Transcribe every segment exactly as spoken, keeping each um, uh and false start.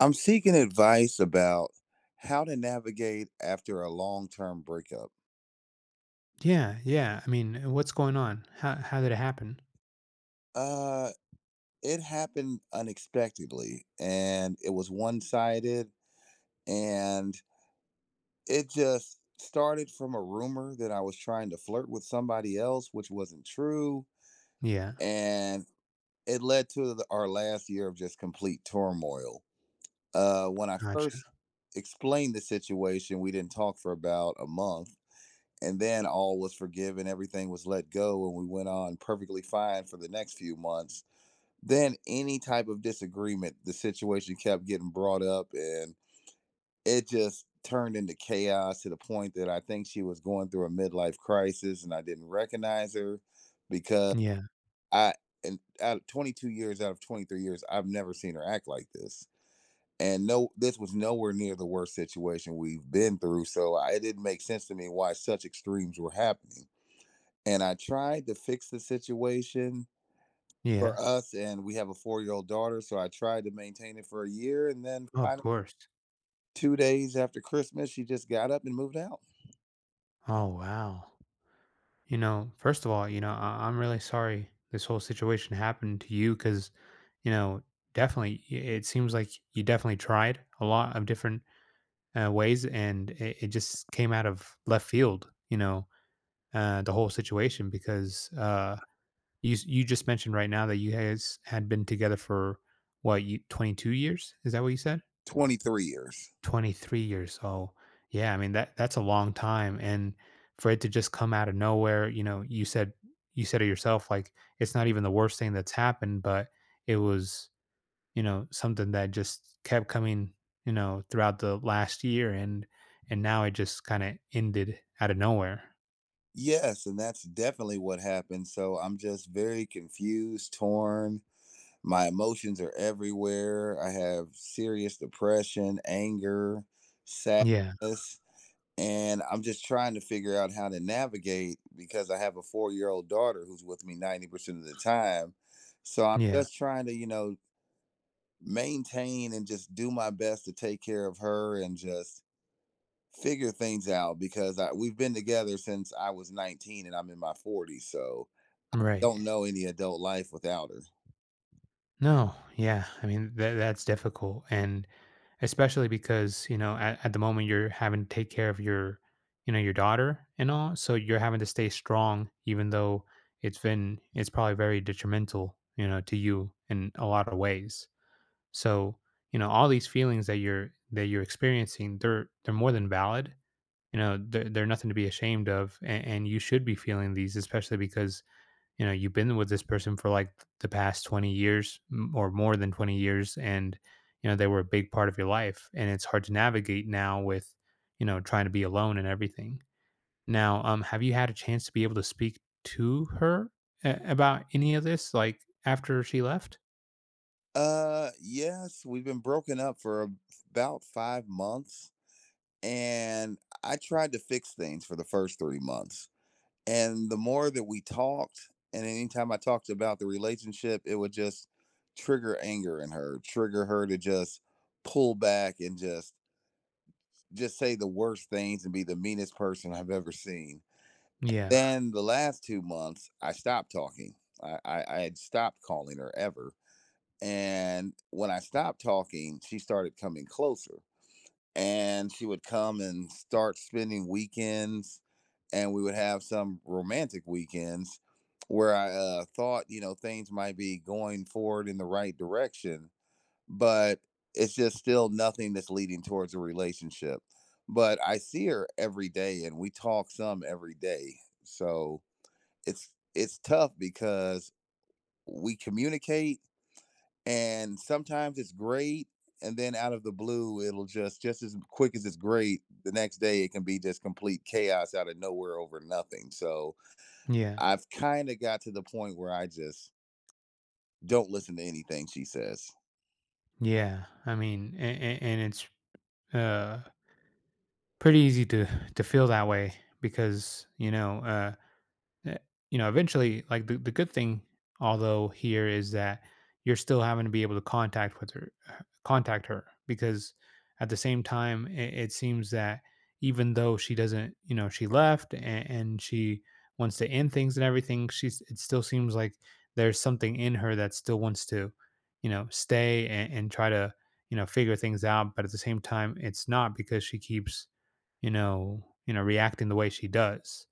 I'm seeking advice about how to navigate after a long-term breakup. Yeah, yeah. I mean, what's going on? How how did it happen? Uh, it happened unexpectedly and it was one-sided and it just started from a rumor that I was trying to flirt with somebody else, which wasn't true, Yeah, and it led to the, our last year of just complete turmoil. Uh, when I gotcha. first explained the situation, we didn't talk for about a month, and then all was forgiven, everything was let go, and we went on perfectly fine for the next few months. Then any type of disagreement, the situation kept getting brought up, and it just turned into chaos, to the point that I think she was going through a midlife crisis and I didn't recognize her. Because Yeah, I And out of twenty-two years, out of twenty-three years, I've never seen her act like this. And no, this was nowhere near the worst situation we've been through, so I, it didn't make sense to me why such extremes were happening. And I tried to fix the situation yeah. for us. And we have a four year old daughter, so I tried to maintain it for a year. And then Oh, of finally, course. two days after Christmas, she just got up and moved out. Oh wow. You know, first of all, you know, I- I'm really sorry this whole situation happened to you because, you know, definitely i- it seems like you definitely tried a lot of different uh, ways, and it, it just came out of left field. You know, uh, the whole situation, because uh, You s- you just mentioned right now that you guys had been together for what you twenty-two years? Is that what you said? twenty-three years. twenty-three years. So yeah, I mean that that's a long time, and for it to just come out of nowhere, you know, you said, you said it yourself, like, it's not even the worst thing that's happened, but it was, you know, something that just kept coming, you know, throughout the last year, and and now it just kind of ended out of nowhere. Yes, and that's definitely what happened. So I'm just very confused, torn. My emotions are everywhere. I have serious depression, anger, Yeah. sadness, and I'm just trying to figure out how to navigate because I have a four year old daughter who's with me ninety percent of the time. So I'm Yeah. just trying to, you know, maintain and just do my best to take care of her and just figure things out because I, we've been together since I was nineteen and I'm in my forties. So Right. don't know any adult life without her. No, yeah. I mean, that that's difficult, and especially because, you know, at, at the moment you're having to take care of your, you know, your daughter and all, so you're having to stay strong, even though it's been, it's probably very detrimental, you know, to you in a lot of ways. So, you know, all these feelings that you're that you're experiencing, they're they're more than valid. You know, they're, they're nothing to be ashamed of, and, and you should be feeling these, especially because, you know, you've been with this person for like the past twenty years, m- or more than twenty years. And, you know, they were a big part of your life. And it's hard to navigate now with, you know, trying to be alone and everything. Now, um, have you had a chance to be able to speak to her a- about any of this, like, after she left? Uh, yes, we've been broken up for ab- about five months, and I tried to fix things for the first three months. And the more that we talked, and anytime I talked about the relationship, it would just trigger anger in her, trigger her to just pull back and just just say the worst things and be the meanest person I've ever seen. Yeah, Then the last two months, I stopped talking. I, I, I had stopped calling her ever. And when I stopped talking, she started coming closer, and she would come and start spending weekends, and we would have some romantic weekends where i uh, thought, you know, things might be going forward in the right direction. But it's just still nothing that's leading towards a relationship. But I see her every day and we talk some every day. So it's it's tough because we communicate, and sometimes it's great, and then out of the blue it'll just just as quick as it's great, the next day it can be just complete chaos out of nowhere over nothing. So yeah, I've kind of got to the point where I just don't listen to anything she says. yeah. I mean, and, and it's, uh pretty easy to to feel that way, because, you know, uh eh, you know, eventually, like, the, the good thing, although, here, is that you're still having to be able to contact with her, uh, contact her, because at the same time, it, it seems that even though she doesn't, you know, she left, and, and she wants to end things and everything, she's, it still seems like there's something in her that still wants to, you know, stay, and, and try to, you know, figure things out. But at the same time, it's not, because she keeps, you know, you know, reacting the way she does.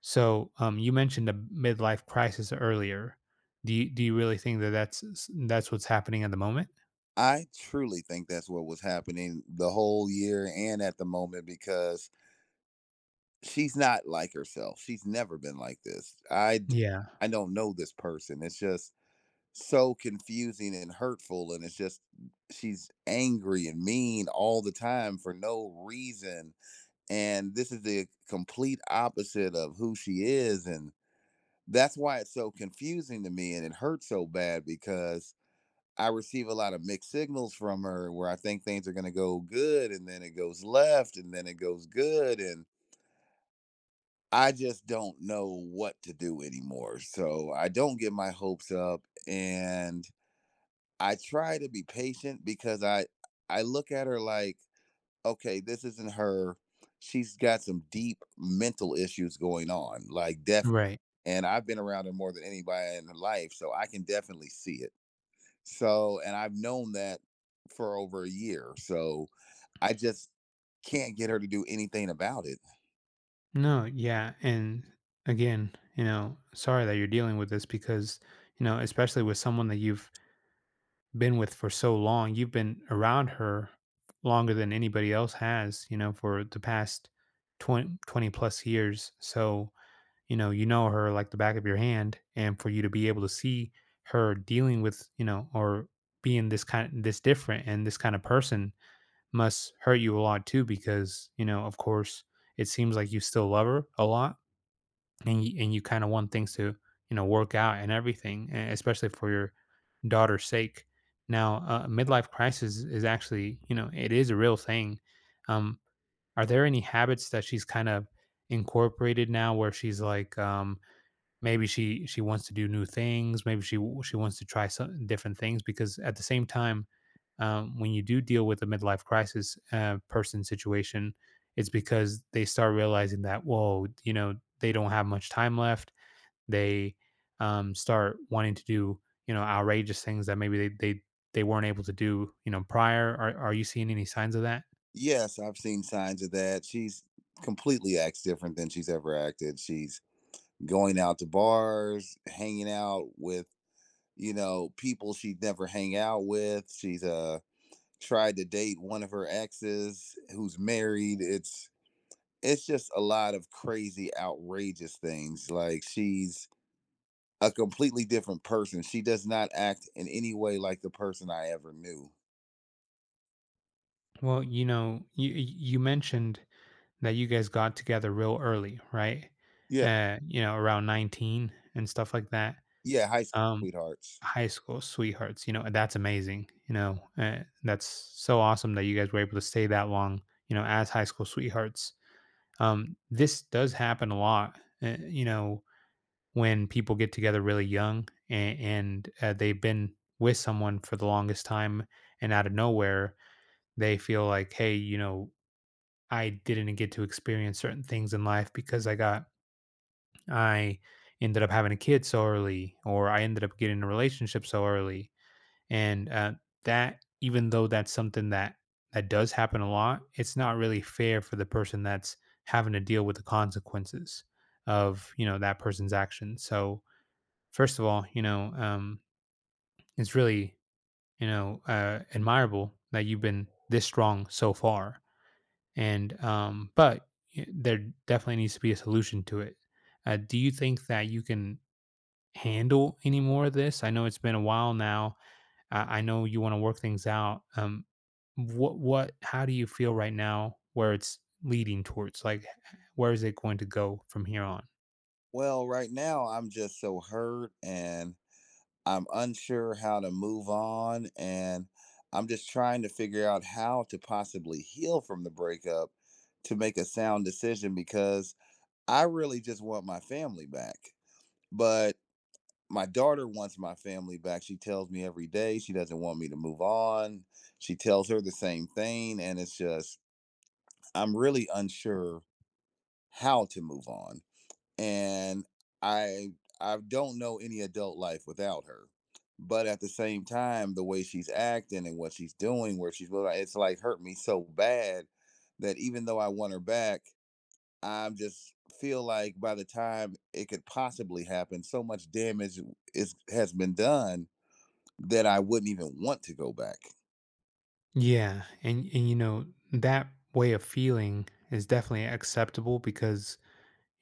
So, um, you mentioned the midlife crisis earlier. Do you, do you really think that that's s- that's what's happening at the moment? I truly think that's what was happening the whole year and at the moment, because she's not like herself, she's never been like this. i d- Yeah. I don't know this person. It's just so confusing and hurtful, and it's just she's angry and mean all the time for no reason, and this is the complete opposite of who she is. And that's why it's so confusing to me, and it hurts so bad because I receive a lot of mixed signals from her, where I think things are going to go good and then it goes left and then it goes good, and I just don't know what to do anymore. So I don't get my hopes up. And I try to be patient because I I look at her like, okay, this isn't her. She's got some deep mental issues going on, like def. Right. And I've been around her more than anybody in her life, so I can definitely see it. So, and I've known that for over a year. So I just can't get her to do anything about it. No. Yeah. And again, you know, sorry that you're dealing with this, because, you know, especially with someone that you've been with for so long, you've been around her longer than anybody else has. You know, for the past twenty twenty plus years. So, you know, you know her like the back of your hand, and for you to be able to see her dealing with, you know, or being this kind, this different, and this kind of person, must hurt you a lot too, because, you know, of course it seems like you still love her a lot, and you, and you kind of want things to, you know, work out and everything, e- especially for your daughter's sake. Now, uh, midlife crisis is actually, you know, it is a real thing. um are there any habits that she's kind of incorporated now, where she's like, um maybe she she wants to do new things, maybe she she wants to try some different things? Because at the same time, um, when you do deal with a midlife crisis, uh, person, situation, it's because they start realizing that, whoa, you know, they don't have much time left, they um, start wanting to do, you know, outrageous things that maybe they they, they weren't able to do, you know, prior. Are, are you seeing any signs of that? Yes, I've seen signs of that. She's completely acts different than she's ever acted. She's going out to bars, hanging out with, you know, people she'd never hang out with. She's uh tried to date one of her exes who's married. It's it's just a lot of crazy, outrageous things. Like, she's a completely different person. She does not act in any way like the person I ever knew. Well, you know, you you mentioned that you guys got together real early, right? Yeah. Uh, you know, around nineteen and stuff like that. Yeah, high school Um, sweethearts. high school sweethearts, you know, that's amazing. You know, uh, that's so awesome that you guys were able to stay that long, you know, as high school sweethearts. Um, this does happen a lot, uh, you know, when people get together really young, and, and uh, they've been with someone for the longest time, and out of nowhere, they feel like, hey, you know, I didn't get to experience certain things in life, because I got I ended up having a kid so early, or I ended up getting in a relationship so early, and uh, that, even though that's something that that does happen a lot, it's not really fair for the person that's having to deal with the consequences of, you know, that person's actions. So, first of all, you know, um, it's really, you know, uh, admirable that you've been this strong so far. And um, but y- there definitely needs to be a solution to it. Uh, do you think that you can handle any more of this? I know it's been a while now. I, I know you want to work things out. Um, what what? How do you feel right now? Where it's leading towards? Like, where is it going to go from here on? Well, right now I'm just so hurt and I'm unsure how to move on, and I'm just trying to figure out how to possibly heal from the breakup to make a sound decision because I really just want my family back. But my daughter wants my family back. She tells me every day she doesn't want me to move on. She tells her the same thing, and it's just, I'm really unsure how to move on. And I I don't know any adult life without her. But at the same time, the way she's acting and what she's doing, where she's moving, it's like hurt me so bad that even though I want her back, I'm just feel like by the time it could possibly happen, so much damage is has been done that I wouldn't even want to go back. Yeah, and and you know, that way of feeling is definitely acceptable, because,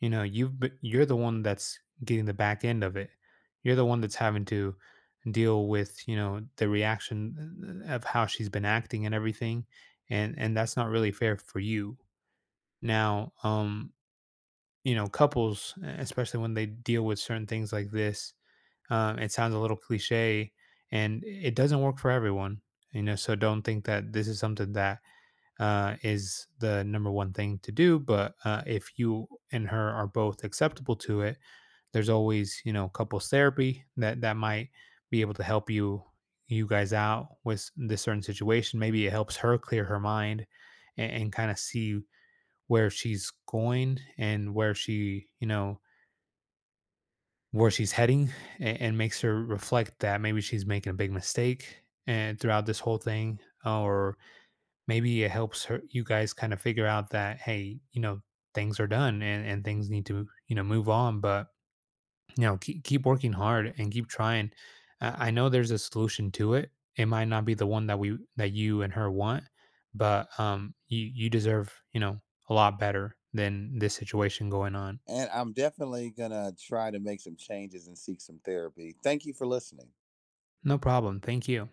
you know, you've b you're the one that's getting the back end of it. You're the one that's having to deal with, you know, the reaction, uh, of how she's been acting and everything, and and that's not really fair for you. Now, um, you know, couples, e especially when they deal with certain things like this, um, it sounds a little cliché, and it doesn't work for everyone, you know, so don't think that this is something that uh, is the number one thing to do. But uh, if you and her are both acceptable to it, there's always, you know, couples therapy, that that might be able to help you, you guys out with this certain situation. Maybe it helps her clear her mind, and, and kind of see where she's going and where she, you know, where she's heading, and, and makes her reflect that maybe she's making a big mistake, and, throughout this whole thing, or maybe it helps her, you guys, kind of figure out that, hey, you know, things are done, and, and things need to, you know, move on. But, you know, keep, keep working hard and keep trying. I, I know there's a solution to it. It might not be the one that we that you and her want, but um you, you deserve, you know, a lot better than this situation going on. And I'm definitely gonna try to make some changes and seek some therapy. Thank you for listening. No problem, thank you.